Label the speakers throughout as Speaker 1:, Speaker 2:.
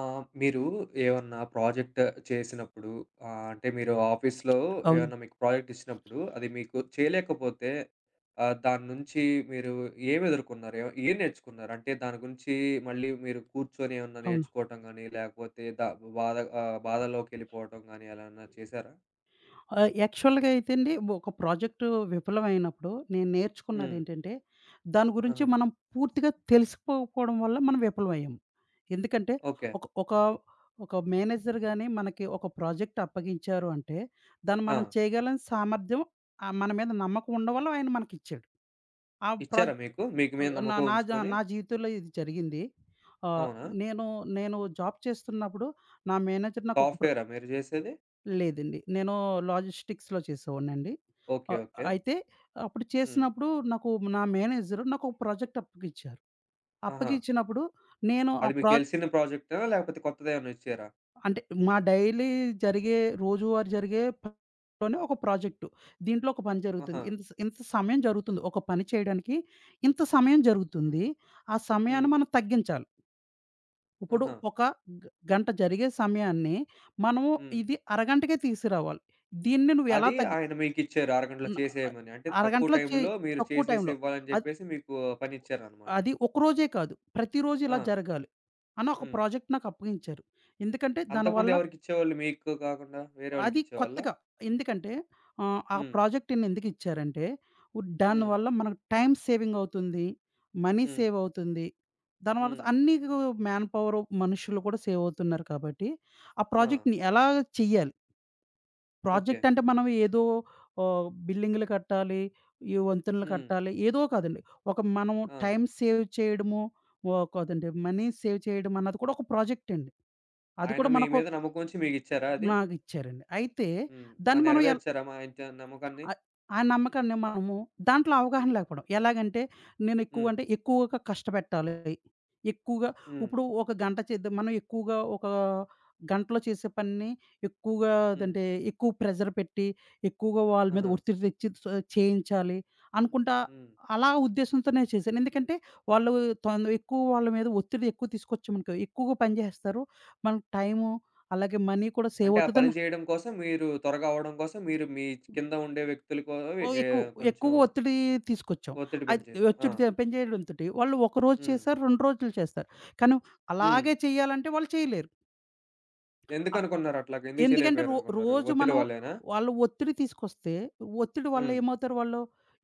Speaker 1: ఆ! మీరు ఏమన్నా ప్రాజెక్ట్ చేసినప్పుడు అంటే మీరు ఆఫీస్‌లో
Speaker 2: అవును.
Speaker 1: ఏమన్నా మీకు ప్రాజెక్ట్ ఇచ్చినప్పుడు అది మీకు చేయలేకపోతే దాని నుంచి మీరు ఏమి ఎదుర్కొన్నారు? ఏం ఏం నేర్చుకున్నారు? అంటే దాని గురించి మళ్ళీ మీరు కూర్చొని ఏమన్నా
Speaker 2: అవును.
Speaker 1: నేర్చుకోవటం గాని, లేకపోతే ద బాధ బాధలోకెళ్ళిపోవటం గాని అలా ఏమన్నా చేశారా?
Speaker 2: యాక్చువల్‌గా అయితే అండి ఒక ప్రాజెక్ట్ విఫలమైనప్పుడు నేను
Speaker 1: హ్మ్.
Speaker 2: నేర్చుకున్నదేంటంటే, దాని గురించి
Speaker 1: ఆహా!
Speaker 2: మనం పూర్తిగా తెలుసుకోకపోవడం వల్ల మనం విఫలమయ్యాం. ఎందుకంటే
Speaker 1: ఓకే.
Speaker 2: ఒక ఒక ఒక మేనేజర్ గాని మనకి ఒక ప్రాజెక్ట్ అప్పగించారు అంటే, దాన్ని
Speaker 1: ఆ!
Speaker 2: మనం చేయగలం సామర్థ్యం మన మీద నమ్మకం ఉండడం వల్ల ఆయన మనకిచ్చాడు. ఆ
Speaker 1: ఇచ్చారా
Speaker 2: ప్రాజె
Speaker 1: మీకు? మీకు మీద
Speaker 2: నా
Speaker 1: నమ్మకం
Speaker 2: నా జ
Speaker 1: ఉంచుకొని?
Speaker 2: నా జీవితంలో ఇది జరిగింది. ఆహ్,
Speaker 1: అవునా?
Speaker 2: నేను నేను జాబ్ చేస్తున్నప్పుడు నా మేనేజర్ నాకు ఒక ప్ర
Speaker 1: సాఫ్ట్‌వేరా మీరు చేసేది?
Speaker 2: లేదండి. నేను లాజిస్టిక్స్‌లో చేసేవాడినండి.
Speaker 1: ఓకే.
Speaker 2: ఆహ్,
Speaker 1: ఓకే.
Speaker 2: అయితే అప్పుడు
Speaker 1: హ్మ్.
Speaker 2: చేసినప్పుడు నా మేనేజరు నాకు ఒక ప్రాజెక్ట్ అప్పగిచ్చారు.
Speaker 1: ఆహా!
Speaker 2: అప్పగిచ్చినప్పుడు నేను ఆ
Speaker 1: అది మీకు
Speaker 2: ప్రా
Speaker 1: తెలిసిన ప్రాజెక్టా? లేకపోతే కొత్తదేమన్నా ఇచ్చారా?
Speaker 2: అంటే మా డైలీ రోజువారీ జరిగే పనిలోనే ఒక ప్రాజెక్టు. దీంట్లో ఒక పని జరుగుతుంది.
Speaker 1: ఆహా!
Speaker 2: ఇంత సమయం జరుగుతుంది. ఒక పని చేయడానికి ఇంత సమయం జరుగుతుంది. ఆ
Speaker 1: హ్మ్.
Speaker 2: సమయాన్ని మనం తగ్గించాలి. ఇప్పుడు
Speaker 1: ఆహా!
Speaker 2: ఒక గ గంట జరిగే సమయాన్ని మనము
Speaker 1: హ్మ్.
Speaker 2: ఇది అరగంటకే తీసుకురావాలి. దీన్ని నువ్వు ఎలా
Speaker 1: అది
Speaker 2: తగ్గి
Speaker 1: ఆయన మీకిచ్చారు 6 గంటల్లో చేసేయమని. అంటే తక్కువ
Speaker 2: అరగంటలో చే
Speaker 1: టైంలో మీరు
Speaker 2: తక్కువ
Speaker 1: చేసేసి
Speaker 2: టైంలో.
Speaker 1: ఇవ్వాలని
Speaker 2: అద్
Speaker 1: జెప్పేసి మీకు పనిచ్చారనమాట.
Speaker 2: అది ఒకరోజే కాదు. ప్రతిరోజు
Speaker 1: ఆ!
Speaker 2: ఇలా జరగాలి అని ఒక
Speaker 1: హ్మ్.
Speaker 2: ప్రాజెక్ట్ నాకు అప్పగించారు. ఎందుకంటే
Speaker 1: అంతకుముందు
Speaker 2: దానివల్ల
Speaker 1: ఎవరికిచ్చేవాళ్ళు మీకు కాకుండా వేరే
Speaker 2: అది
Speaker 1: వాళ్ళకిచ్చేవాళ్ళా?
Speaker 2: కొత్తగా ఎందుకంటే ఆ
Speaker 1: హ్మ్.
Speaker 2: ప్రాజెక్ట్‌ని ఎందుకిచ్చారంటే
Speaker 1: హ్మ్.
Speaker 2: దానివల్ల మనకు టైమ్ సేవింగ్ అవుతుంది. మనీ
Speaker 1: హ్మ్.
Speaker 2: సేవ్ అవుతుంది. దానివల్ల
Speaker 1: హ్మ్.
Speaker 2: అన్నీ గు మ్యాన్ పవరు మనుషులు కూడా సేవ్ అవుతున్నారు కాబట్టి, ఆ
Speaker 1: ఆ!
Speaker 2: ప్రాజెక్ట్‌ని ఎలా చెయ్యాలి?
Speaker 1: ఓకే.
Speaker 2: ప్రాజెక్ట్ అంటే మనం ఏదో బిల్డింగులు కట్టాలి, ఈ వంతెనలు
Speaker 1: హ్మ్.
Speaker 2: కట్టాలి ఏదో కాదండి. ఒక మనం
Speaker 1: ఆ!
Speaker 2: టైమ్ సేవ్ చేయడము కాదండి, మనీ సేవ్ చేయడం అన్నది కూడా ఒక ప్రాజెక్ట్ అండి. అది
Speaker 1: ఆయన
Speaker 2: కూడా
Speaker 1: మీ
Speaker 2: మనకు
Speaker 1: మీద నమ్మకముంచి మీకిచ్చారా అది?
Speaker 2: నాకిచ్చారండి. అయితే
Speaker 1: హ్మ్. మరి
Speaker 2: దాన్ని మనం
Speaker 1: నెరవేర్చారా మా ఇంత నమ్మకాన్ని?
Speaker 2: ఆహ్, ఆ నమ్మకాన్ని మనము దాంట్లో అవగాహన లేకపోవడం. ఎలాగంటే నేను ఎక్కువ
Speaker 1: హ్మ్.
Speaker 2: అంటే ఎక్కువగా కష్టపెట్టాలి. ఎక్కువగా
Speaker 1: హ్మ్.
Speaker 2: ఇప్పుడు ఒక గంట చేద్దాం మనం ఎక్కువగా ఒక గంటలో చేసే పనిని ఎక్కువగా
Speaker 1: హ్మ్.
Speaker 2: అదంటే ఎక్కువ ప్రెషర్ పెట్టి, ఎక్కువగా వాళ్ళ మీద
Speaker 1: ఆహా!
Speaker 2: ఒత్తిడి తెచ్చి చేయించాలి అనుకుంటా
Speaker 1: హ్మ్.
Speaker 2: అలా ఉద్దేశంతోనే చేశాను. ఎందుకంటే వాళ్ళు ఎక్కువ వాళ్ళ మీద ఒత్తిడి ఎక్కువ తీసుకొచ్చామనుకో ఎక్కువగా పని చేసేస్తారు. మనకు టైము అలాగే మనీ కూడా సేవ్
Speaker 1: అంటే ఆ పని
Speaker 2: అవుతదని
Speaker 1: చేయడం కోసం మీరు త్వరగా అవ్వడం కోసం మీరు మీ కింద ఉండే వ్యక్తుల కో
Speaker 2: ఓహ్!
Speaker 1: ఏ
Speaker 2: ఎక్కువ
Speaker 1: కొంచెం
Speaker 2: ఎక్కువ ఒత్తిడి తీసుకొచ్చాం.
Speaker 1: ఒత్తిడి
Speaker 2: అది
Speaker 1: పెంచేసారు. ఆ!
Speaker 2: ఒత్తిడి తె పెంచేయడంతోటి వాళ్ళు ఒకరోజు
Speaker 1: హ్మ్.
Speaker 2: చేశారు, 2 రోజులు చేస్తారు. కానీ
Speaker 1: హ్మ్.
Speaker 2: అలాగే చేయాలంటే వాళ్ళు చేయలేరు. ఆహ్,
Speaker 1: ఎందుకనుకున్నారు అట్లాగా? ఎందుకు
Speaker 2: ఎందుకంటే
Speaker 1: చేయలేకపోయారనుకున్నారు?
Speaker 2: రోజు
Speaker 1: ఒత్తిడి
Speaker 2: మనం
Speaker 1: వల్లేనా?
Speaker 2: వాళ్ళు ఒత్తిడి తీసుకొస్తే, ఒత్తిడి వల్ల
Speaker 1: హ్మ్.
Speaker 2: ఏమవుతారు వాళ్ళు?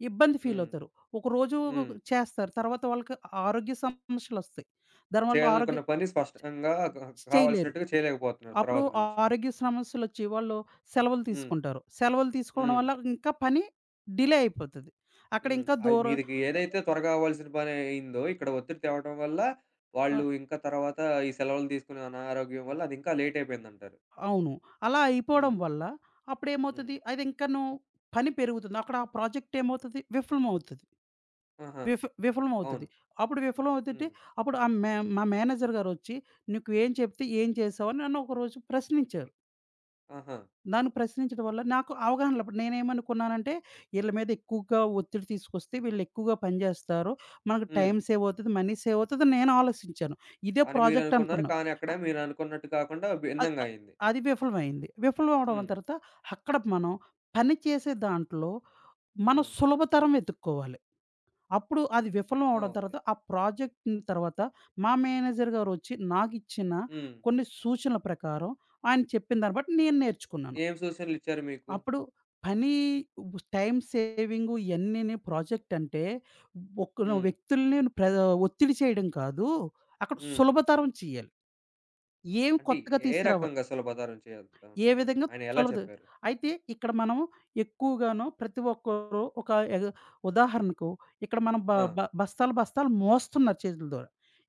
Speaker 2: ఇబ్బంది ఫీల్
Speaker 1: హ్మ్.
Speaker 2: అవుతారు. ఒకరోజు
Speaker 1: హ్మ్.
Speaker 2: చేస్తారు. తర్వాత వాళ్ళకి ఆరోగ్య సమస్యలొస్తాయి. దానివల్ల ఆరోగ్య
Speaker 1: చేయాలనుకున్న పని స్పష్టంగా
Speaker 2: చేయలేరు.
Speaker 1: కావాల్సినట్టుగా చేయలేకపోతున్నారు
Speaker 2: అప్పుడు
Speaker 1: తర్వాత
Speaker 2: ఆ
Speaker 1: నుంచి.
Speaker 2: ఆరోగ్య సమస్యలొచ్చి వాళ్ళు సెలవులు
Speaker 1: హ్మ్.
Speaker 2: తీసుకుంటారు. సెలవులు తీసుకోవడం
Speaker 1: హ్మ్.
Speaker 2: వల్ల ఇంకా పని డిలే అయిపోతది. అక్కడ
Speaker 1: హ్మ్.
Speaker 2: ఇంకా
Speaker 1: అది
Speaker 2: దూరం
Speaker 1: మీదికి ఏదైతే త్వరగా అవ్వాల్సిన పని అయిందో ఇక్కడ ఒత్తిడి తేవడం వల్ల వాళ్ళు
Speaker 2: ఆ!
Speaker 1: ఇంకా తర్వాత ఈ సెలవులు తీసుకునే అనారోగ్యం వల్ల అది ఇంకా లేట్ అయిపోయిందంటారు.
Speaker 2: అవును. అలా అయిపోవడం
Speaker 1: హ్మ్.
Speaker 2: వల్ల
Speaker 1: హ్మ్.
Speaker 2: అప్పుడేమవుతది, అది ఇంకనూ పని పెరుగుతుంది. అక్కడ ఆ ప్రాజెక్ట్ ఏమవుతది విఫలమవుతది.
Speaker 1: ఆహా! అవును.
Speaker 2: విఫలమవుతది. అప్పుడు విఫలమవుతుంటే
Speaker 1: హ్మ్.
Speaker 2: అప్పుడు ఆ మే మా మేనేజర్ గారొచ్చి, "నువ్వు ఏం చెప్తే ఏం చేశావు?" అని నన్ను ఒకరోజు ప్రశ్నించారు.
Speaker 1: ఆహా!
Speaker 2: నన్ను ప్రశ్నించడం వల్ల నాకు అవగాహన అప్పుడు నేనేమనుకున్నానంటే, ఈళ్ళ మీద ఎక్కువగా ఒత్తిడి తీసుకొస్తే వీళ్ళు ఎక్కువగా పని చేస్తారు. మనకు
Speaker 1: హ్మ్.
Speaker 2: టైం సేవ్ అవుతది, మనీ సేవ్ అవుతదని నేను ఆలోచించాను. ఇదే
Speaker 1: అని
Speaker 2: ప్రాజెక్ట్
Speaker 1: మీరనుకున్నారు.
Speaker 2: అనుకున్నా.
Speaker 1: కానీ అక్కడ మీరనుకున్నట్టు కాకుండా
Speaker 2: అద్
Speaker 1: భిన్నంగా
Speaker 2: అద్
Speaker 1: అయింది.
Speaker 2: అది విఫలమైంది. విఫలం అవ్వడం
Speaker 1: హ్మ్.
Speaker 2: తర్వాత అక్కడ మనం పని చేసే దాంట్లో మనం
Speaker 1: హ్మ్.
Speaker 2: సులభతరం వెతుక్కోవాలి. అప్పుడు అది విఫలం
Speaker 1: ఆ!
Speaker 2: అవ్వడం
Speaker 1: ఓకే.
Speaker 2: తర్వాత ఆ ప్రాజెక్ట్‌ని తర్వాత మా మేనేజర్ గారు వచ్చి నాకిచ్చిన
Speaker 1: హ్మ్.
Speaker 2: కొన్ని సూచనల ప్రకారం ఆయన చెప్పిన దాన్ని బట్టి నేను నేర్చుకున్నాను.
Speaker 1: ఏం సూచనలిచ్చారు మీకు?
Speaker 2: అప్పుడు పని టైమ్ సేవింగు ఇయన్నీని ప్రాజెక్ట్ అంటే ఒక
Speaker 1: హ్మ్.
Speaker 2: వ్యక్తుల్ని ప్ర ఒత్తిడి చేయడం కాదు. అక్కడ
Speaker 1: హ్మ్.
Speaker 2: సులభతరం చేయాలి. ఏం
Speaker 1: అంటే
Speaker 2: కొత్తగా
Speaker 1: ఏ
Speaker 2: తీసుకురావ
Speaker 1: రకంగా సులభతరం
Speaker 2: ఏ
Speaker 1: చేద్దామనుకున్నారు?
Speaker 2: విధంగా
Speaker 1: ఆయన ఎలా
Speaker 2: చొలవదు.
Speaker 1: చెప్పారు?
Speaker 2: అయితే ఇక్కడ మనం ఎక్కువగాను ప్రతి ఒక్కరు ఒక ఎగ్ ఉదాహరణకు ఇక్కడ మనం బ
Speaker 1: ఆ!
Speaker 2: బ బస్తాలు బస్తాలు మోస్తున్నారు చేతుల ద్వారా.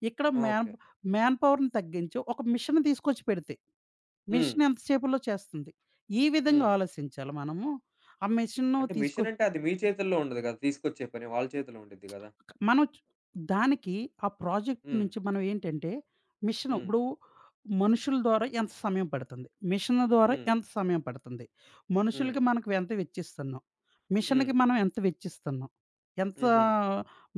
Speaker 2: ఇక్కడ మ్యాన్
Speaker 1: ఓకే.
Speaker 2: మ్యాన్ పవర్‌ని తగ్గించి ఒక మిషన్ తీసుకొచ్చి పెడితే,
Speaker 1: హ్మ్.
Speaker 2: మిషన్ ఎంత సేపులో చేస్తుంది. ఈ విధంగా
Speaker 1: హ్మ్.
Speaker 2: ఆలోచించాలి మనము. ఆ మిషన్‌ను
Speaker 1: అంటే
Speaker 2: తీసుకొ
Speaker 1: మిషన్ అంటే అది మీ చేతుల్లో ఉండదు గదా! తీసుకొచ్చే పని వాళ్ళ చేతిలో ఉండిద్ది గదా!
Speaker 2: మనం చ్ దానికి ఆ ప్రాజెక్ట్
Speaker 1: హ్మ్.
Speaker 2: నుంచి మనం ఏంటంటే, మిషను
Speaker 1: హ్మ్.
Speaker 2: ఇప్పుడు మనుషుల ద్వారా ఎంత సమయం పడుతుంది? మిషన్ ద్వారా
Speaker 1: హ్మ్.
Speaker 2: ఎంత సమయం పడుతుంది?
Speaker 1: హ్మ్.
Speaker 2: మనకు ఎంత వెచ్చిస్తున్నాం?
Speaker 1: హ్మ్.
Speaker 2: మిషన్‌కి మనం ఎంత వెచ్చిస్తున్నాం? ఎంత
Speaker 1: హుహు.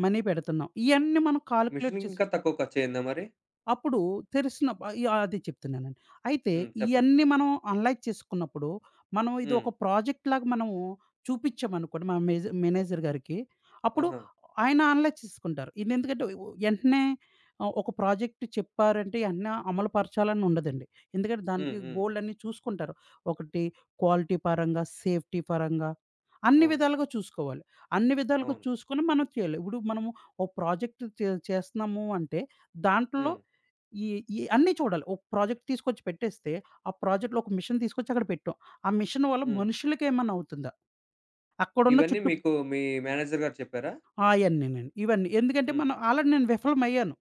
Speaker 2: మనీ పెడుతున్నాం? ఇయన్నీ మనం కాలిక్యులేట్
Speaker 1: మిషన్‌కి
Speaker 2: చేసి
Speaker 1: ఇంకా తక్కువ ఖర్చయిందా మరి?
Speaker 2: అప్పుడు తెలిసిన ప యాహ్! అది చెప్తున్నానండి. అయితే
Speaker 1: హ్మ్. చెప్పండి.
Speaker 2: ఇయన్నీ మనం అనలైజ్ చేసుకున్నప్పుడు, మనం ఇది
Speaker 1: హ్మ్.
Speaker 2: ఒక ప్రాజెక్ట్‌లాగా మనము చూపించామనుకోండి మన మేనేజర్ గారికి, అప్పుడు
Speaker 1: ఆహా!
Speaker 2: ఆయన అనలైజ్ చేసుకుంటారు. ఇది ఎందుకంటే వెంటనే ఒక ప్రాజెక్ట్ చెప్పారంటే వెంటనే అమలు పరచాలని ఉండదండి. ఎందుకంటే
Speaker 1: హ్మ్.
Speaker 2: దానికి
Speaker 1: హ్మ్.
Speaker 2: బోలెడన్ని చూసుకుంటారు. ఒకటి క్వాలిటీ పరంగా, సేఫ్టీ పరంగా అన్ని
Speaker 1: అవును.
Speaker 2: విధాలుగా చూసుకోవాలి. అన్ని విధాలుగా
Speaker 1: అవును.
Speaker 2: చూసుకొని మనం చేయాలి. ఇప్పుడు మనము ఒక ప్రాజెక్ట్ చేస్తున్నాము అంటే దాంట్లో
Speaker 1: హ్మ్.
Speaker 2: ఈ ఈ అన్నీ చూడాలి. ఒక ప్రాజెక్ట్ తీసుకొచ్చి పెట్టేస్తే, ఆ ప్రాజెక్ట్‌లో ఒక మిషన్ తీసుకొచ్చి అక్కడ పెట్టాం. ఆ మిషన్ వల్ల
Speaker 1: హ్మ్.
Speaker 2: మనుషులకేమన్నా అవుతుందా? అక్కడున్న
Speaker 1: ఇవన్నీ
Speaker 2: చుట్టూ
Speaker 1: మీకు మీ మేనేజర్ గారు చెప్పారా?
Speaker 2: ఆ! అయన్నీనండి. ఇవన్నీ. ఎందుకంటే
Speaker 1: హ్మ్.
Speaker 2: మనం ఆల్రెడీ నేను విఫలమయ్యాను.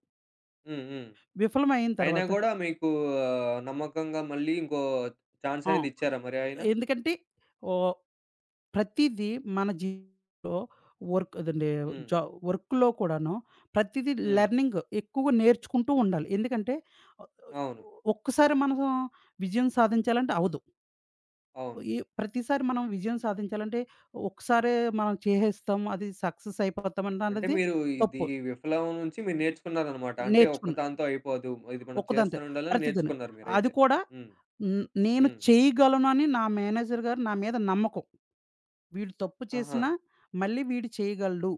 Speaker 1: హ్మ్. హ్మ్.
Speaker 2: విఫలమయిన
Speaker 1: అయినా
Speaker 2: తర్వాత
Speaker 1: గూడా మీకు నమ్మకంగా మళ్ళీ ఇంకో ఛాన్స్
Speaker 2: ఆ!
Speaker 1: అనేది ఇచ్చారా మరి ఆయన?
Speaker 2: ఎందుకంటే ఓహ్! ప్రతీదీ మన జీవితంలో వర్క్ అదండి
Speaker 1: హ్మ్.
Speaker 2: జా వర్క్‌లో కూడాను ప్రతీదీ
Speaker 1: హ్మ్.
Speaker 2: లెర్నింగ్ ఎక్కువగా నేర్చుకుంటూ ఉండాలి. ఎందుకంటే
Speaker 1: అవును.
Speaker 2: ఒక్కసారి మనం విజయం సాధించాలంటే అవ్వదు.
Speaker 1: అవును.
Speaker 2: ఈ ప్రతిసారి మనం విజయం సాధించాలంటే, ఒకసారే మనం చేసేస్తాం, అది సక్సెస్ అయిపోతాం అంటే
Speaker 1: అంటే
Speaker 2: అన్నది
Speaker 1: మీరు ఇది
Speaker 2: తప్పు.
Speaker 1: విఫలం నుంచి మీరు నేర్చుకున్నారనమాట. అంటే
Speaker 2: నేర్చుకున్నా.
Speaker 1: ఒక్కదాంతో అయిపోదు. ఇది మనం
Speaker 2: ఒక్కదాంతే.
Speaker 1: చేస్తూనే ఉండాలని
Speaker 2: ప్రతిదిన.
Speaker 1: నేర్చుకున్నారు
Speaker 2: అది
Speaker 1: మీరైతే.
Speaker 2: కూడా
Speaker 1: హ్మ్.
Speaker 2: హ్మ్, నేను
Speaker 1: హ్మ్.
Speaker 2: చేయగలనని నా మేనేజర్ గారు నా మీద నమ్మకం. వీడు తప్పు
Speaker 1: ఆహా!
Speaker 2: చేసినా మళ్ళీ వీడు చేయగలడు.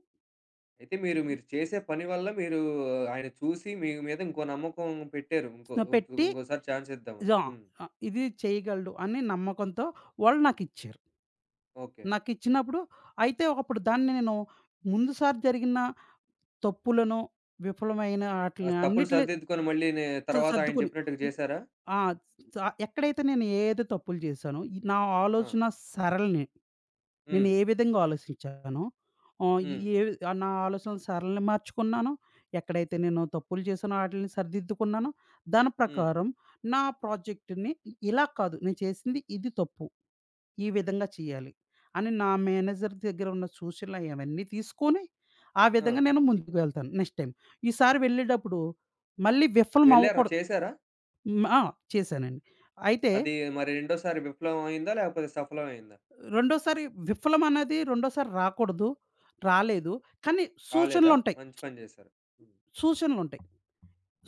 Speaker 1: అయితే మీరు చేసే పని వల్ల మీరు ఆయన చూసి మీ మీద ఇంకో నమ్మకం పెట్టారు.
Speaker 2: న- పెట్టి
Speaker 1: ఇంకోసారి ఛాన్స్ ఇద్దామని.
Speaker 2: జా
Speaker 1: హ్మ్.
Speaker 2: ఇది చేయగలడు అని నమ్మకంతో వాళ్ళు నాకిచ్చారు.
Speaker 1: ఓకే.
Speaker 2: నాకిచ్చినప్పుడు అయితే ఒకప్పుడు దాన్ని నేను ముందుసారి జరిగిన తప్పులను, విఫలమైన
Speaker 1: ఆ!
Speaker 2: ఆటిలిని
Speaker 1: తప్పులు
Speaker 2: అన్నిటిని
Speaker 1: సరిదిద్దుకొని మళ్ళీ తర్వాత ఆయన
Speaker 2: సర్దుకుని.
Speaker 1: చెప్పినట్టుగా
Speaker 2: హ్మ్.
Speaker 1: చేసారా?
Speaker 2: ఆ! స ఎక్కడైతే నేను ఏది తప్పులు చేశానో, ఈ నా
Speaker 1: ఆ!
Speaker 2: ఆలోచన సరళిని నేను
Speaker 1: హ్మ్.
Speaker 2: ఏ విధంగా ఆలోచించానో, ఆహ్,
Speaker 1: హ్మ్.
Speaker 2: ఏ ఆ నా ఆలోచన సరళిని మార్చుకున్నానో, ఎక్కడైతే నేను తప్పులు చేశానో ఆటిల్ని సరిదిద్దుకున్నానో, దాని
Speaker 1: హ్మ్.
Speaker 2: ప్రకారం నా ప్రాజెక్ట్‌ని ఇలా కాదు, నేను చేసింది ఇది తప్పు. ఈ విధంగా చేయాలి అని నా మేనేజర్ దగ్గర ఉన్న సూచనలు అయన్నీ తీసుకొని, ఆ
Speaker 1: ఆ!
Speaker 2: విధంగా నేను ముందుకు వెళ్తాను నెక్స్ట్ టైమ్. ఈసారి వెళ్ళేటప్పుడు మళ్ళీ విఫలం
Speaker 1: వెళ్లారా?
Speaker 2: అవ్వకూడదు.
Speaker 1: చేసారా?
Speaker 2: హ్మ్. ఆ! చేశానండి. అయితే
Speaker 1: అది మరి రెండోసారి విఫలం అయిందా? లేకపోతే సఫలం అయిందా?
Speaker 2: రెండోసారి విఫలమన్నది రెండోసారి రాకూడదు. రాలేదు. కానీ
Speaker 1: కాలేదా?
Speaker 2: సూచనలుంటాయి.
Speaker 1: మంచి పని చేశారు. హ్మ్.
Speaker 2: సూచనలుంటాయి.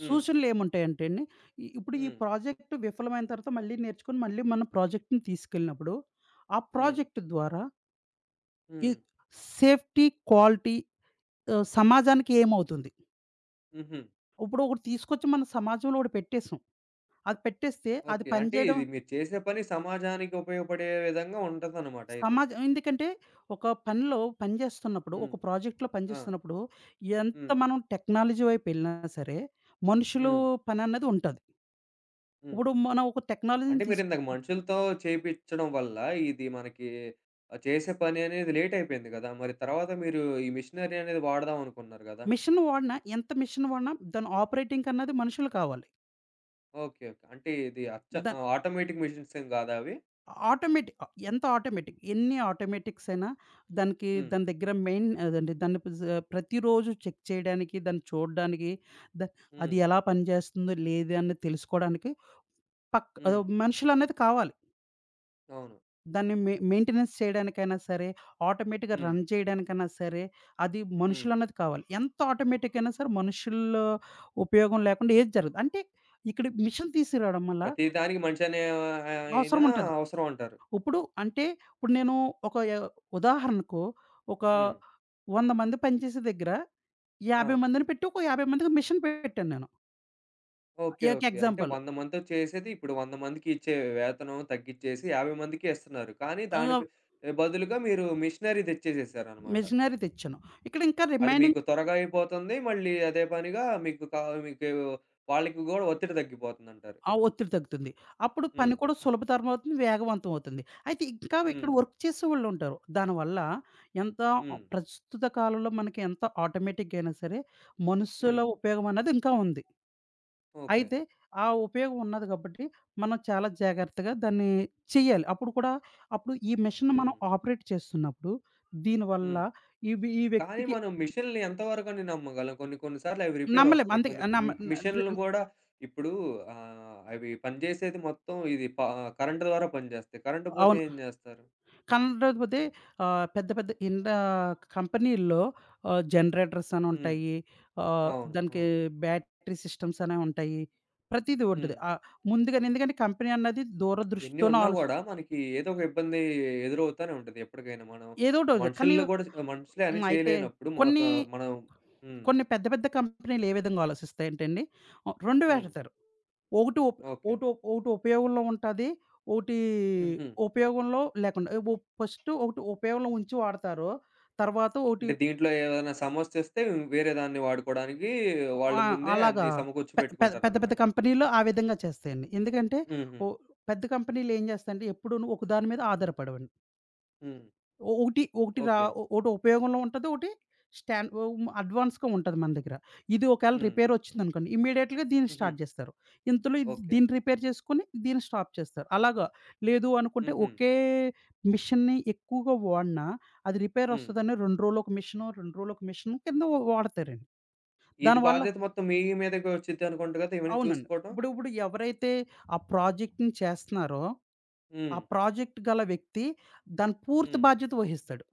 Speaker 1: హ్మ్.
Speaker 2: సూచనలేముంటాయంటే అండి, ఇప్పుడు ఈ
Speaker 1: హ్మ్.
Speaker 2: ప్రాజెక్ట్ విఫలమైన తర్వాత మళ్ళీ నేర్చుకొని మళ్ళీ మనం ప్రాజెక్ట్‌ని తీసుకెళ్ళినప్పుడు, ఆ
Speaker 1: హ్మ్.
Speaker 2: ప్రాజెక్ట్ ద్వారా ఈ
Speaker 1: హ్మ్.
Speaker 2: సేఫ్టీ, క్వాలిటీ సమాజానికి ఏమవుతుంది?
Speaker 1: హుహు.
Speaker 2: ఇప్పుడు ఒకటి తీసుకొచ్చి మన సమాజంలో ఒకటి పెట్టేసాం. అది పెట్టేస్తే అది
Speaker 1: ఓకే. అంటే
Speaker 2: పనిచేయడం
Speaker 1: ఇది మీరు చేసే పని సమాజానికి ఉపయోగపడే విధంగా ఉంటదనమాట అయితే.
Speaker 2: సమాజం ఎందుకంటే ఒక పనిలో పని చేస్తున్నప్పుడు,
Speaker 1: హ్మ్.
Speaker 2: ఒక ప్రాజెక్ట్‌లో పని
Speaker 1: ఆ!
Speaker 2: చేస్తున్నప్పుడు ఎంత
Speaker 1: హ్మ్.
Speaker 2: మనం టెక్నాలజీ వైపు వెళ్ళినా సరే, మనుషులు
Speaker 1: హ్మ్.
Speaker 2: పనన్నది ఉంటది.
Speaker 1: హ్మ్.
Speaker 2: ఇప్పుడు మనం ఒక టెక్నాలజీని
Speaker 1: అంటే
Speaker 2: తీసు
Speaker 1: మీరిందాక మనుషులతో చేపిచ్చడం వల్ల ఇది మనకి చేసే పని అనేది లేట్ అయిపోయింది గదా! మరి తర్వాత మీరు ఈ మిషనరీ అనేది వాడదాం అనుకున్నారు గదా!
Speaker 2: మిషన్ వాడినా, ఎంత మిషన్ వాడినా దాని ఆపరేటింగ్ అన్నది మనుషులు కావాలి.
Speaker 1: ఓకే. ఓకే. అంటే ఇది అచ్చ
Speaker 2: దాన్
Speaker 1: ఆటోమేటిక్ మిషన్స్ ఏం గాదా అవి?
Speaker 2: ఆటోమేటిక్ ఎంత ఆటోమేటిక్ ఎన్ని ఆటోమేటిక్స్ అయినా దానికి
Speaker 1: హ్మ్.
Speaker 2: దాని దగ్గర మెయిన్ అదండి దాన్ని పిజ్ ప్రతిరోజు చెక్ చేయడానికి, దాన్ని చూడడానికి, ద
Speaker 1: హ్మ్.
Speaker 2: అది ఎలా పనిచేస్తుందో, లేదా అన్నది తెలుసుకోవడానికి
Speaker 1: హ్మ్.
Speaker 2: మనుషులనేది కావాలి.
Speaker 1: అవును.
Speaker 2: దాన్ని మెయింటెనెన్స్ చేయడానికైనా సరే, ఆటోమేటిక్‌గా
Speaker 1: హ్మ్.
Speaker 2: రన్ చేయడానికైనా సరే, అది
Speaker 1: హ్మ్.
Speaker 2: మనుషులన్నది కావాలి. ఎంత ఆటోమేటిక్ అయినా సరే మనుషుల్లో ఉపయోగం లేకుండా ఏది జరగదు. అంటే ఇక్కడ మిషన్ తీసుకురావడం వల్ల
Speaker 1: ప్రతి దానికి మనిషి అనే అయినా
Speaker 2: అవసరం ఉంటది.
Speaker 1: అవసరం అంటారు.
Speaker 2: ఇప్పుడు అంటే ఇప్పుడు నేను ఒక య ఉదాహరణకు ఒక
Speaker 1: హ్మ్.
Speaker 2: 100 మంది పనిచేసే దగ్గర
Speaker 1: ఆ!
Speaker 2: 50 మందిని పెట్టి ఒక 50 మందికి మిషన్ పెట్టాను నేను.
Speaker 1: ఓకే.
Speaker 2: ఒక
Speaker 1: ఓకే. అంటే
Speaker 2: ఎగ్జాంపుల్.
Speaker 1: 100 మందితో చేసేది ఇప్పుడు 100 మందికి ఇచ్చే వేతనం తగ్గిచ్చేసి 50 మందికే ఇస్తున్నారు. కానీ దాని
Speaker 2: ఆహ్,
Speaker 1: బదులుగా మీరు మిషనరీ తెచ్చేసేసారనమాట.
Speaker 2: మిషనరీ తెచ్చాను. ఇక్కడ ఇంకా
Speaker 1: అది మీకు
Speaker 2: రిమైనింగ్
Speaker 1: త్వరగా అయిపోతుంది. మళ్ళీ అదే పనిగా మీకు కా మీకు వాళ్ళకి గూడా ఒత్తిడి తగ్గిపోతుందంటారు.
Speaker 2: ఆ ఒత్తిడి తగ్గుతుంది. అప్పుడు పని
Speaker 1: హ్మ్.
Speaker 2: కూడా సులభతరం అవుతుంది, వేగవంతం అవుతుంది. అయితే ఇంకా ఇక్కడ
Speaker 1: హ్మ్.
Speaker 2: వర్క్ చేసేవాళ్ళుంటారు. దానివల్ల ఎంత
Speaker 1: హ్మ్.
Speaker 2: ప్రస్తుత కాలంలో మనకి ఎంత ఆటోమేటిక్‌గా అయినా సరే, మనుష్యుల
Speaker 1: హ్మ్.
Speaker 2: ఉపయోగం అన్నది ఇంకా ఉంది.
Speaker 1: ఓకే.
Speaker 2: అయితే ఆ ఉపయోగం ఉన్నది కాబట్టి, మనం చాలా జాగ్రత్తగా దాన్ని చేయాలి. అప్పుడు కూడా అప్పుడు ఈ మెషిన్‌ని మనం
Speaker 1: హ్మ్.
Speaker 2: ఆపరేట్ చేస్తున్నప్పుడు, దీనివల్ల
Speaker 1: హ్మ్.
Speaker 2: ఇవి ఈ
Speaker 1: కానీ
Speaker 2: వ్యక్తికి
Speaker 1: మనం మిషన్‌లని ఎంత వరకని నమ్మగలం? కొన్ని కొన్ని సార్లు అవి రిపేర్
Speaker 2: నమ్మలేము.
Speaker 1: ఒస్తాయి.
Speaker 2: అందుకే
Speaker 1: కొన్ని కొ
Speaker 2: నమ్మ
Speaker 1: మి
Speaker 2: న ర్
Speaker 1: మిషన్‌లు గూడా ఇప్పుడు అవి పనిజేసేది మొత్తం ఇది కరెంట్ ద్వారా పనిజేస్తాయి. కరెంట్ పోతే
Speaker 2: అవును.
Speaker 1: ఏం జేస్తారు?
Speaker 2: కనకపోతే పెద్ద పెద్ద కంపెనీల్లో జనరేటర్స్ అని
Speaker 1: హ్మ్.
Speaker 2: ఉంటాయి.
Speaker 1: అవును.
Speaker 2: దానికి
Speaker 1: అవును.
Speaker 2: బ్యాటరీ సిస్టమ్స్ అనేవి ఉంటాయి. ప్రతీదీ
Speaker 1: హ్మ్.
Speaker 2: ఉంటది. ఎందుకంటే కంపెనీ అన్నది
Speaker 1: ఎన్ని
Speaker 2: దూరదృష్టితోనే
Speaker 1: ఉన్నా గూడా మనకి ఏదో ఒక ఇబ్బంది ఎదురవుతానే ఉంటది ఎప్పటికైనా. మనం
Speaker 2: ఏదోకటవుతది. కానీ
Speaker 1: మనుషుల్ని గూడా మనుషులే అని
Speaker 2: హ్మ్. అయితే
Speaker 1: చేయలేనప్పుడు మ
Speaker 2: కొన్ని,
Speaker 1: ప మనం హ్మ్.
Speaker 2: కొన్ని పెద్ద పెద్ద కంపెనీలు ఏ విధంగా ఆలోచిస్తాయంటే అండి 2
Speaker 1: హ్మ్.
Speaker 2: వేడతారు. ఒకటి ఉప్
Speaker 1: ఓకే.
Speaker 2: ఒకటి ఉపయోగంలో ఉంటది. ఒకటి
Speaker 1: హుహు.
Speaker 2: ఉపయోగంలో లేకుండా. ఎ ఉప్ ఫస్ట్ ఒకటి ఉపయోగంలో ఉంచి వాడతారు. తర్వాత ఒకటి
Speaker 1: అంటే దీంట్లో ఏదైనా సమస్యొస్తే వేరే దాన్ని వాడుకోవడానికి వాళ్ళు
Speaker 2: ఆ!
Speaker 1: ముందే
Speaker 2: అలాగా
Speaker 1: అన్ని సమకూర్చి
Speaker 2: పె పె పెద్ద పెద్ద
Speaker 1: పెట్టుకుంటారనమాట.
Speaker 2: కంపెనీలు ఆ విధంగా చేస్తాయండి. ఎందుకంటే
Speaker 1: హుహు.
Speaker 2: ఓ పెద్ద కంపెనీలు ఏం చేస్తాయంటే ఎప్పుడూను ఒక దాని మీద ఆధారపడవండి.
Speaker 1: హ్మ్.
Speaker 2: ఒ ఒకటి ఒకటి రా
Speaker 1: ఓకే.
Speaker 2: ఒకటి ఉపయోగంలో ఉంటది. ఒకటి హ్మ్, అడ్వాన్స్‌గా ఉంటది మన దగ్గర. ఇది ఒకవేళ
Speaker 1: హ్మ్.
Speaker 2: రిపేర్ వచ్చిందనుకోండి ఇమ్మీడియేట్‌గా దీన్ని
Speaker 1: హుహు.
Speaker 2: స్టార్ట్ చేస్తారు. ఇంతలో ఇది
Speaker 1: ఓకే.
Speaker 2: దీన్ని రిపేర్ చేసుకొని దీన్ని స్టాప్ చేస్తారు. అలాగా లేదు అనుకుంటే
Speaker 1: హుహు.
Speaker 2: ఒకే మిషన్‌ని ఎక్కువగా వాడినా అది రిపేర్
Speaker 1: హ్మ్.
Speaker 2: వస్తదని 2 రోజులు ఒక మిషను, 2 రోజులు ఒక మిషను కింద వాడతారండి.
Speaker 1: ఇది
Speaker 2: దానివల్ల
Speaker 1: బాధ్యత మొత్తం మీ మీదకే వచ్చిద్దనుకుంట గదా! ఇవన్నీ
Speaker 2: అవునండి.
Speaker 1: చూసుకోవటం?
Speaker 2: ఇప్పుడు ఇప్పుడు ఎవరైతే ఆ ప్రాజెక్ట్‌ని చేస్తున్నారో, ఆ
Speaker 1: హ్మ్.
Speaker 2: ప్రాజెక్ట్ గల వ్యక్తి దాని పూర్తి
Speaker 1: హ్మ్.
Speaker 2: బాధ్యత వహిస్తాడు.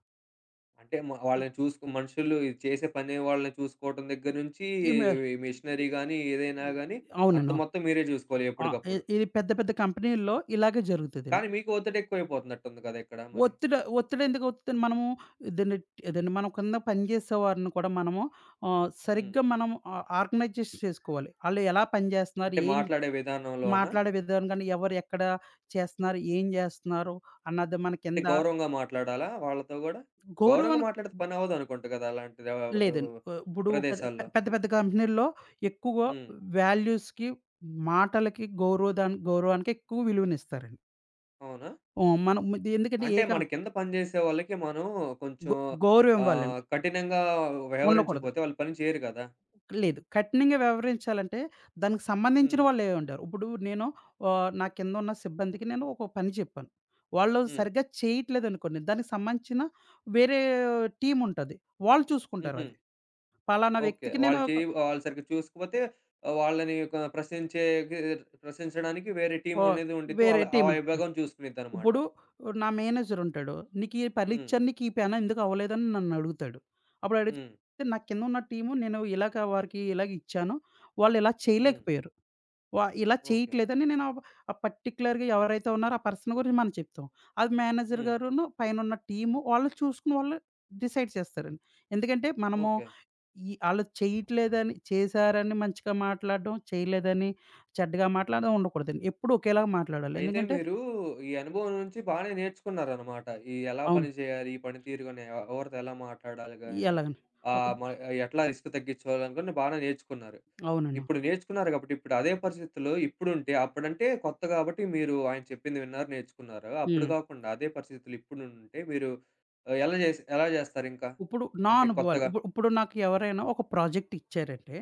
Speaker 1: అంటే మ వాళ్ళని చూసుకు మనుషులు ఇది చేసే పని వాళ్ళని చూసుకోవటం దగ్గర నుంచి
Speaker 2: ఈమె
Speaker 1: ఈ మిషనరీ గానీ, ఏదైనా గానీ అంత
Speaker 2: అవునండి. అవును.
Speaker 1: మొత్తం మీరే జూసుకోవాలి
Speaker 2: ఆ!
Speaker 1: ఎప్పటికప్పుడు.
Speaker 2: ఇది పెద్ద పెద్ద కంపెనీల్లో ఇలాగే జరుగుతదండి.
Speaker 1: కానీ మీకు ఒత్తిడి ఎక్కువైపోతున్నట్టుంది కదా ఇక్కడ మరి?
Speaker 2: ఒత్తిడి ఒత్తిడి ఎందుకు అవుతదండి? మనము దీన్ని ఏదండి మనం కింద పనిచేసేవారిని కూడా మనము
Speaker 1: హ్మ్.
Speaker 2: సరిగ్గా మనం ఆర్గనైజేషన్ చేసుకోవాలి. ఆళ్ళు ఎలా పనిచేస్తున్నారు?
Speaker 1: అంటే
Speaker 2: ఏం
Speaker 1: మాట్లాడే విధానంలోనా?
Speaker 2: మాట్లాడే విధానం గాని, ఎవరు ఎక్కడ చేస్తున్నారు? ఏం చేస్తున్నారు? అన్నది మన
Speaker 1: అంటే
Speaker 2: కింద
Speaker 1: గౌరవంగా మాట్లాడాలా వాళ్ళతో గూడా? గౌరవంగా
Speaker 2: గౌరవాన్ని
Speaker 1: మాట్లాడితే పని అవ్వదనుకుంట గదా! అలాంటి
Speaker 2: లేదండి. ఇప్పుడు పెద్ద
Speaker 1: ప్రదేశాల్లో.
Speaker 2: పెద్ద పెద్ద కంపెనీల్లో ఎక్కువ
Speaker 1: హ్మ్.
Speaker 2: వాల్యూస్‌కి, మాటలకి, గౌరవానికి ఎక్కువ విలువనిస్తారండి.
Speaker 1: అవునా?
Speaker 2: హ్మ్. మనం ఎందుకంటే
Speaker 1: అంటే
Speaker 2: ఏ క
Speaker 1: మన కింద పనిజేసే వాళ్ళకి మనం కొంచెం
Speaker 2: గౌ గౌరవం ఇవ్వాలండి.
Speaker 1: కఠినంగా
Speaker 2: ఉండకూడదు.
Speaker 1: వ్యవహరించకపోతే వాళ్ళు పని చేయరు గదా!
Speaker 2: లేదు. కఠినంగా వ్యవహరించాలంటే దానికి సంబంధించిన
Speaker 1: హ్మ్.
Speaker 2: వాళ్ళే ఉండారు. ఇప్పుడు నేను నా కిందున్న సిబ్బందికి నేను ఒక పని చెప్పాను. వాళ్ళు
Speaker 1: హ్మ్.
Speaker 2: సరిగ్గా చేయట్లేదనుకోండి, దానికి సంబంధించిన వేరే టీమ్ ఉంటది. వాళ్ళు
Speaker 1: హుహు.
Speaker 2: చూసుకుంటారది. పలానా
Speaker 1: ఓకే.
Speaker 2: వ్యక్తికి నేను ఒక
Speaker 1: వాళ్ళు సరిగ్గా చూసుకోపోతే వాళ్ళని ఒక ప్రశంసడానికి వేరే
Speaker 2: ఓ
Speaker 1: టీమనేది ఉండిద్ది.
Speaker 2: వేరే
Speaker 1: వాళ్ళ ఆ
Speaker 2: టీమ్
Speaker 1: విభాగం చూసుకునిద్దనమాట.
Speaker 2: ఇప్పుడు నా మేనేజర్ ఉంటాడు. "నీకు ఈ
Speaker 1: హ్మ్.
Speaker 2: పనిచ్చాను. నీకు ఈ పని ఎందుకు అవ్వలేదని" నన్ను అడుగుతాడు. అప్పుడు
Speaker 1: హ్మ్.
Speaker 2: అడిగితే నా కింద ఉన్న టీము నేను ఇలాగ వారికి ఇలాగ ఇచ్చాను. వాళ్ళు ఇలా
Speaker 1: హ్మ్.
Speaker 2: చేయలేకపోయారు. ఇలా
Speaker 1: ఓకే.
Speaker 2: చేయట్లేదని నేను ఆ ఆ పర్టిక్యులర్‌గా ఎవరైతే ఉన్నారో ఆ పర్సన్ గురించి మనం చెప్తాం. అది మేనేజర్
Speaker 1: హ్మ్.
Speaker 2: గారును పైన ఉన్న టీము వాళ్ళు చూసుకుని వాళ్ళు డిసైడ్ చేస్తారండి. ఎందుకంటే మనము
Speaker 1: ఓకే.
Speaker 2: ఆళ్ళు చేయట్లేదని, చేశారని మంచిగా మాట్లాడడం, చేయలేదని చెడ్డగా మాట్లాడడం ఉండకూడదండి. ఎప్పుడు ఒకేలాగా మాట్లాడాలి.
Speaker 1: అయితే
Speaker 2: ఎందుకంటే
Speaker 1: మీరు ఈ అనుభవం నుంచి బానే నేర్చుకున్నారనమాట. ఈ ఎలా పని
Speaker 2: అవును.
Speaker 1: చేయాలి? ఈ పనితీరు గాని, ఎవరితో ఎలా మాట్లాడాలి గాని,
Speaker 2: ఎలాగని ఒక
Speaker 1: ఆహ్, మ ఎట్లా రిస్క్ తగ్గించుకోవాలనుకుని బానే నేర్చుకున్నారు.
Speaker 2: అవునండి.
Speaker 1: ఇప్పుడు నేర్చుకున్నారు కాబట్టి, ఇప్పుడు అదే పరిస్థితుల్లో ఇప్పుడుంటే అప్పుడంటే కొత్త కాబట్టి మీరు ఆయన చెప్పింది విన్నారు, నేర్చుకున్నారు. అప్పుడు
Speaker 2: హ్మ్.
Speaker 1: కాకుండా అదే పరిస్థితులు ఇప్పుడుంటే మీరు ఎలా చేసి ఎలా చేస్తారింకా?
Speaker 2: ఇప్పుడు నా
Speaker 1: అంటే
Speaker 2: అనుభవాలు.
Speaker 1: కొత్తగా?
Speaker 2: ఇప్పుడు ఇప్పుడు నాకు ఎవరైనా ఒక ప్రాజెక్ట్ ఇచ్చారంటే,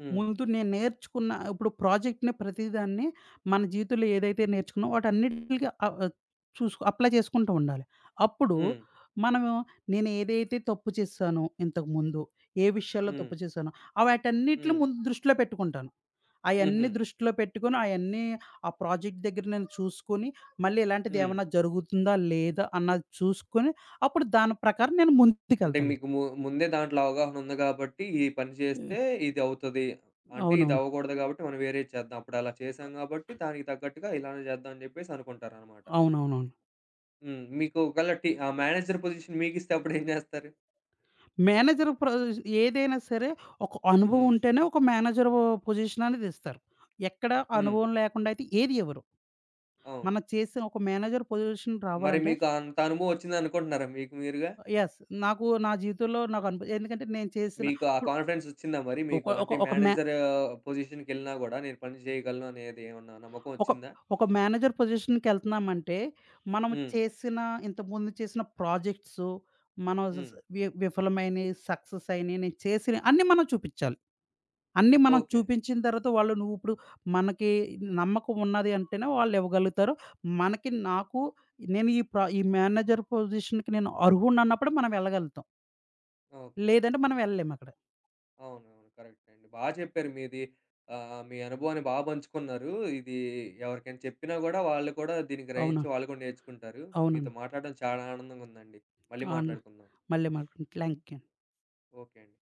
Speaker 1: హ్మ్.
Speaker 2: ముందు నేను నేర్చుకున్న ఇప్పుడు ప్రాజెక్ట్‌ని ప్రతిదాన్ని మన జీవితంలో ఏదైతే నేర్చుకున్నామో వాటన్నిటికి ఆహ్, ఆహ్, చూసుకు అప్లై చేసుకుంటూ ఉండాలి. అప్పుడు
Speaker 1: హ్మ్.
Speaker 2: మనము నేను ఏదైతే తప్పు చేశానో ఇంతకుముందు, ఏ విషయాల్లో
Speaker 1: హ్మ్.
Speaker 2: తప్పు చేశానో, వాటన్నిటిని
Speaker 1: హ్మ్.
Speaker 2: ముందు దృష్టిలో పెట్టుకుంటాను.
Speaker 1: హుహు.
Speaker 2: అయన్నీ దృష్టిలో పెట్టుకొని, అయన్నీ ఆ ప్రాజెక్ట్ దగ్గర నేను చూసుకొని, మళ్ళీ ఇలాంటిది
Speaker 1: హ్మ్.
Speaker 2: ఏమన్నా జరుగుతుందా? లేదా? అన్నది చూసుకొని, అప్పుడు దాని ప్రకారం నేను
Speaker 1: అంటే
Speaker 2: ముందుకెళ్తాను.
Speaker 1: మీకు ముందే దాంట్లో అవగాహన ఉంది కాబట్టి, ఈ పని
Speaker 2: హ్మ్.
Speaker 1: చేస్తే ఇది అవుతది. అంటే ఇది
Speaker 2: అవునవును.
Speaker 1: అవ్వకూడదు కాబట్టి మనం వేరేది చేద్దాం. అప్పుడు అలా చేసాం కాబట్టి దానికి తగ్గట్టుగా ఇలానే చేద్దాం అని చెప్పేసి అనుకుంటారనమాట.
Speaker 2: అవునవునవును.
Speaker 1: హ్మ్. మీకు ఒకవేళ టీ ఆ మేనేజర్ పొజిషన్ మీకిస్తే అప్పుడేం చేస్తారు?
Speaker 2: మేనేజర్ ప్రొజ్ ఏదైనా సరే ఒక అనుభవం
Speaker 1: హ్మ్.
Speaker 2: ఉంటేనే ఒక మేనేజరు పొజిషన్ అనేది ఇస్తారు. ఎక్కడ
Speaker 1: హ్మ్.
Speaker 2: అనుభవం లేకుండా అయితే ఏది ఇవ్వరు.
Speaker 1: అవును.
Speaker 2: మనం చేసిన ఒక మేనేజర్ పొజిషన్
Speaker 1: మరి
Speaker 2: రావాలంటే
Speaker 1: మీకు అంత అనుభవం వచ్చిందనుకుంటున్నారా మీకు మీరుగా?
Speaker 2: యెస్. నాకు నా జీవితంలో నాకు ఎందుకంటే నేను చేసిన
Speaker 1: మీకు ఆ
Speaker 2: ఇప్పుడు
Speaker 1: కాన్ఫిడెన్స్ వచ్చిందా మరి
Speaker 2: ఒక
Speaker 1: మీకు?
Speaker 2: ఒక
Speaker 1: అంటే
Speaker 2: ఒక మే
Speaker 1: మేనేజర్ పొజిషన్‌కెళ్ళినా గూడా నేను పని చేయగలను అనేది ఏమన్నా నమ్మకం
Speaker 2: ఒక
Speaker 1: వచ్చిందా?
Speaker 2: ఒక మేనేజర్ పొజిషన్‌కెళ్తున్నామంటే, మనం
Speaker 1: హ్మ్.
Speaker 2: చేసిన ఇంతకుముందు చేసిన ప్రాజెక్ట్సు, మనం సస్
Speaker 1: హ్మ్.
Speaker 2: వి విఫలమైనయి, సక్సెస్ అయినయి, నేను చేసినయి అన్నీ మనం చూపిచ్చాలి. అన్నీ మనం
Speaker 1: ఓకే.
Speaker 2: చూపించిన తర్వాత వాళ్ళు మనకి నమ్మకం ఉన్నది అంటేనే వాళ్ళివ్వగలుగుతారు. మనకి నాకు నేను ఈ మేనేజర్ పొజిషన్‌కి నేను అర్హుడినన్నప్పుడు మనం వెళ్ళగలుగుతాం.
Speaker 1: ఓకే.
Speaker 2: లేదంటే
Speaker 1: ఓకే.
Speaker 2: మనం వెళ్ళలేమక్కడ.
Speaker 1: అవునవును. కరెక్టే అండి. బా చెప్పారు మీది. మీ అనుభవాన్ని బా పంచుకున్నారు. ఇది ఎవరికైనా చెప్పినా గూడా వాళ్ళు కూడా దీన్ని
Speaker 2: అవునా!
Speaker 1: గ్రహించి వాళ్ళు కూడా నేర్చుకుంటారు. మీతో
Speaker 2: అవునండి.
Speaker 1: మాట్లాడడం చాలా ఆనందంగా ఉందండి. మళ్ళీ
Speaker 2: ఆ! అన్న.
Speaker 1: మాట్లాడుకుందాం.
Speaker 2: మళ్ళీ మాట్లాడుకుందాం. థాంక్యూ.
Speaker 1: ఓకే అండి.